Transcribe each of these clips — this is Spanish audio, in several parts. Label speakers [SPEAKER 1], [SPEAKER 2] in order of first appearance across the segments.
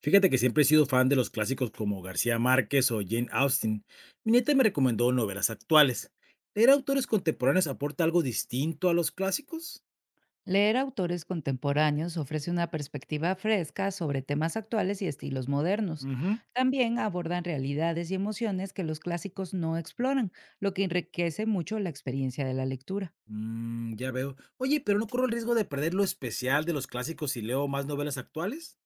[SPEAKER 1] Fíjate que siempre he sido fan de los clásicos como García Márquez o Jane Austen. Mi nieta me recomendó novelas actuales. ¿Leer autores contemporáneos aporta algo distinto a los clásicos?
[SPEAKER 2] Leer autores contemporáneos ofrece una perspectiva fresca sobre temas actuales y estilos modernos.
[SPEAKER 1] Ujú.
[SPEAKER 2] También abordan realidades y emociones que los clásicos no exploran, lo que enriquece mucho la experiencia de la lectura.
[SPEAKER 1] Mm, ya veo. Oye, pero no corro el riesgo de perder lo especial de los clásicos si leo más novelas actuales.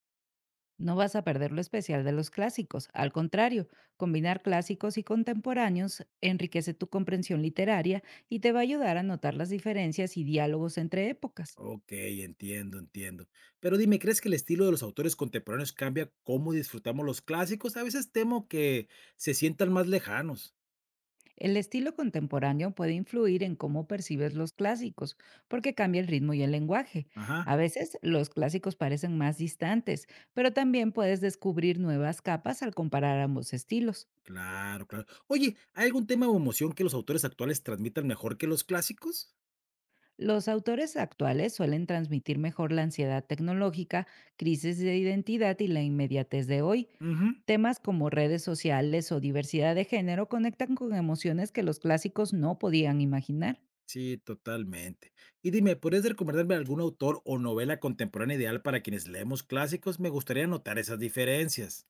[SPEAKER 2] No vas a perder lo especial de los clásicos, al contrario, combinar clásicos y contemporáneos enriquece tu comprensión literaria y te va a ayudar a notar las diferencias y diálogos entre épocas.
[SPEAKER 1] Ok, entiendo, entiendo. Pero dime, ¿crees que el estilo de los autores contemporáneos cambia cómo disfrutamos los clásicos? A veces temo que se sientan más lejanos.
[SPEAKER 2] El estilo contemporáneo puede influir en cómo percibes los clásicos, porque cambia el ritmo y el lenguaje.
[SPEAKER 1] Ajá.
[SPEAKER 2] A veces los clásicos parecen más distantes, pero también puedes descubrir nuevas capas al comparar ambos estilos.
[SPEAKER 1] Claro, claro. Oye, ¿hay algún tema o emoción que los autores actuales transmitan mejor que los clásicos?
[SPEAKER 2] Los autores actuales suelen transmitir mejor la ansiedad tecnológica, crisis de identidad y la inmediatez de hoy.
[SPEAKER 1] Ujú.
[SPEAKER 2] Temas como redes sociales o diversidad de género conectan con emociones que los clásicos no podían imaginar.
[SPEAKER 1] Sí, totalmente. Y dime, ¿podrías recomendarme algún autor o novela contemporánea ideal para quienes leemos clásicos? Me gustaría notar esas diferencias.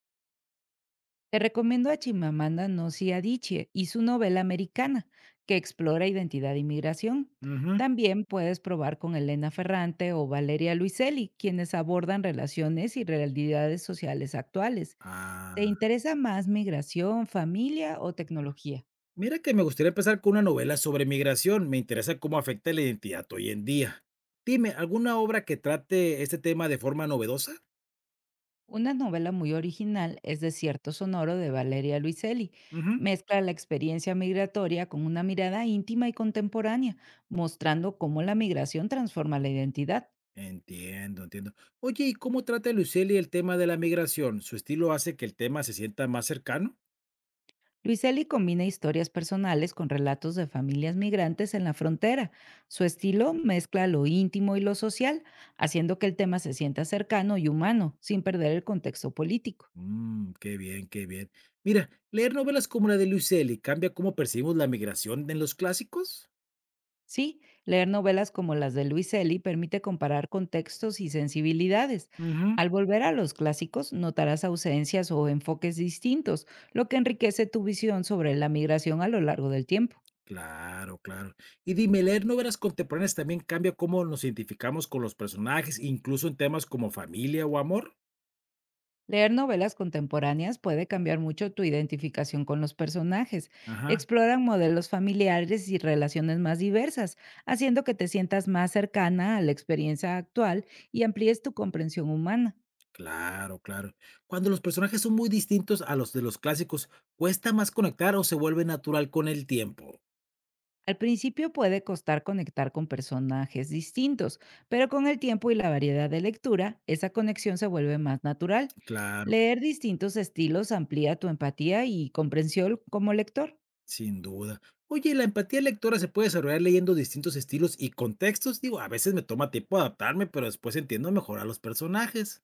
[SPEAKER 2] Te recomiendo a Chimamanda Ngozi Adichie y su novela Americana, que explora identidad y migración.
[SPEAKER 1] Ujú.
[SPEAKER 2] También puedes probar con Elena Ferrante o Valeria Luiselli, quienes abordan relaciones y realidades sociales actuales. ¿Te
[SPEAKER 1] Ah,
[SPEAKER 2] interesa más migración, familia o tecnología?
[SPEAKER 1] mira que me gustaría empezar con una novela sobre migración. Me interesa cómo afecta la identidad hoy en día. Dime, ¿alguna obra que trate este tema de forma novedosa?
[SPEAKER 2] Una novela muy original es Desierto Sonoro de Valeria Luiselli. Mezcla la experiencia migratoria con una mirada íntima y contemporánea, mostrando cómo la migración transforma la identidad.
[SPEAKER 1] Entiendo, entiendo. Oye, ¿y cómo trata Lucely el tema de la migración? ¿Su estilo hace que el tema se sienta más cercano?
[SPEAKER 2] Luiselli combina historias personales con relatos de familias migrantes en la frontera. Su estilo mezcla lo íntimo y lo social, haciendo que el tema se sienta cercano y humano, sin perder el contexto político.
[SPEAKER 1] Mm, qué bien, qué bien. Mira, leer novelas como la de Lucely cambia cómo percibimos la migración en los clásicos.
[SPEAKER 2] Sí, leer novelas como las de Luiselli permite comparar contextos y sensibilidades.
[SPEAKER 1] Ujú.
[SPEAKER 2] Al volver a los clásicos, notarás ausencias o enfoques distintos, lo que enriquece tu visión sobre la migración a lo largo del tiempo.
[SPEAKER 1] Claro, claro. Y dime, leer novelas contemporáneas también cambia cómo nos identificamos con los personajes, incluso en temas como familia o amor.
[SPEAKER 2] Leer novelas contemporáneas puede cambiar mucho tu identificación con los personajes.
[SPEAKER 1] Ajá,
[SPEAKER 2] Exploran modelos familiares y relaciones más diversas, haciendo que te sientas más cercana a la experiencia actual y amplíes tu comprensión humana.
[SPEAKER 1] claro, claro. Cuando los personajes son muy distintos a los de los clásicos, ¿cuesta más conectar o se vuelve natural con el tiempo?
[SPEAKER 2] Al principio puede costar conectar con personajes distintos, pero con el tiempo y la variedad de lectura, esa conexión se vuelve más natural.
[SPEAKER 1] Claro,
[SPEAKER 2] Leer distintos estilos amplía tu empatía y comprensión como lector.
[SPEAKER 1] sin duda. Oye, ¿la empatía lectora se puede desarrollar leyendo distintos estilos y contextos? Digo, a veces me toma tiempo adaptarme, pero después entiendo mejor a los personajes.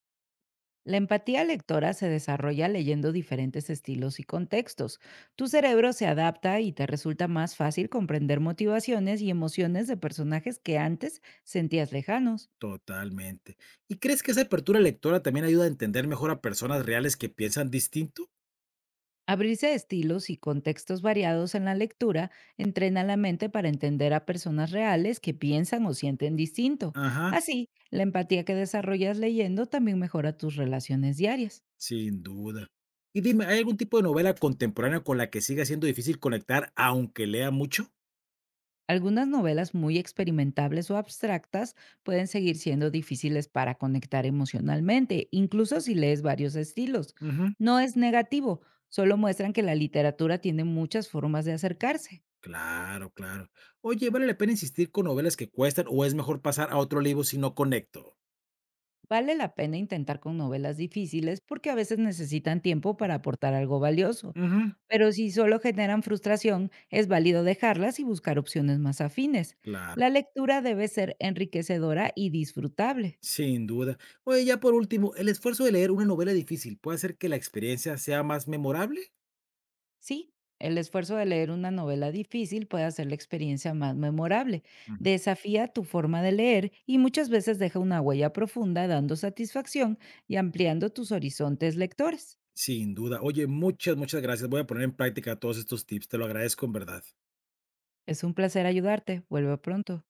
[SPEAKER 2] La empatía lectora se desarrolla leyendo diferentes estilos y contextos. Tu cerebro se adapta y te resulta más fácil comprender motivaciones y emociones de personajes que antes sentías lejanos.
[SPEAKER 1] Totalmente. ¿Y crees que esa apertura lectora también ayuda a entender mejor a personas reales que piensan distinto?
[SPEAKER 2] Abrirse a estilos y contextos variados en la lectura entrena la mente para entender a personas reales que piensan o sienten distinto.
[SPEAKER 1] Ajá,
[SPEAKER 2] Así, la empatía que desarrollas leyendo también mejora tus relaciones diarias.
[SPEAKER 1] sin duda. Y dime, ¿hay algún tipo de novela contemporánea con la que siga siendo difícil conectar aunque lea mucho?
[SPEAKER 2] Algunas novelas muy experimentables o abstractas pueden seguir siendo difíciles para conectar emocionalmente, incluso si lees varios estilos.
[SPEAKER 1] Ujú.
[SPEAKER 2] No es negativo, solo muestran que la literatura tiene muchas formas de acercarse.
[SPEAKER 1] Claro, claro. Oye, ¿vale la pena insistir con novelas que cuestan o es mejor pasar a otro libro si no conecto?
[SPEAKER 2] Vale la pena intentar con novelas difíciles porque a veces necesitan tiempo para aportar algo valioso,
[SPEAKER 1] Ujú.
[SPEAKER 2] pero si solo generan frustración, es válido dejarlas y buscar opciones más afines.
[SPEAKER 1] Claro,
[SPEAKER 2] La lectura debe ser enriquecedora y disfrutable.
[SPEAKER 1] sin duda. Oye, ya por último, ¿el esfuerzo de leer una novela difícil puede hacer que la experiencia sea más memorable?
[SPEAKER 2] Sí, el esfuerzo de leer una novela difícil puede hacer la experiencia más memorable.
[SPEAKER 1] Ujú.
[SPEAKER 2] Desafía tu forma de leer y muchas veces deja una huella profunda dando satisfacción y ampliando tus horizontes lectores.
[SPEAKER 1] Sin duda. Oye, muchas, muchas gracias. Voy a poner en práctica todos estos tips. Te lo agradezco en verdad.
[SPEAKER 2] Es un placer ayudarte. Vuelve pronto.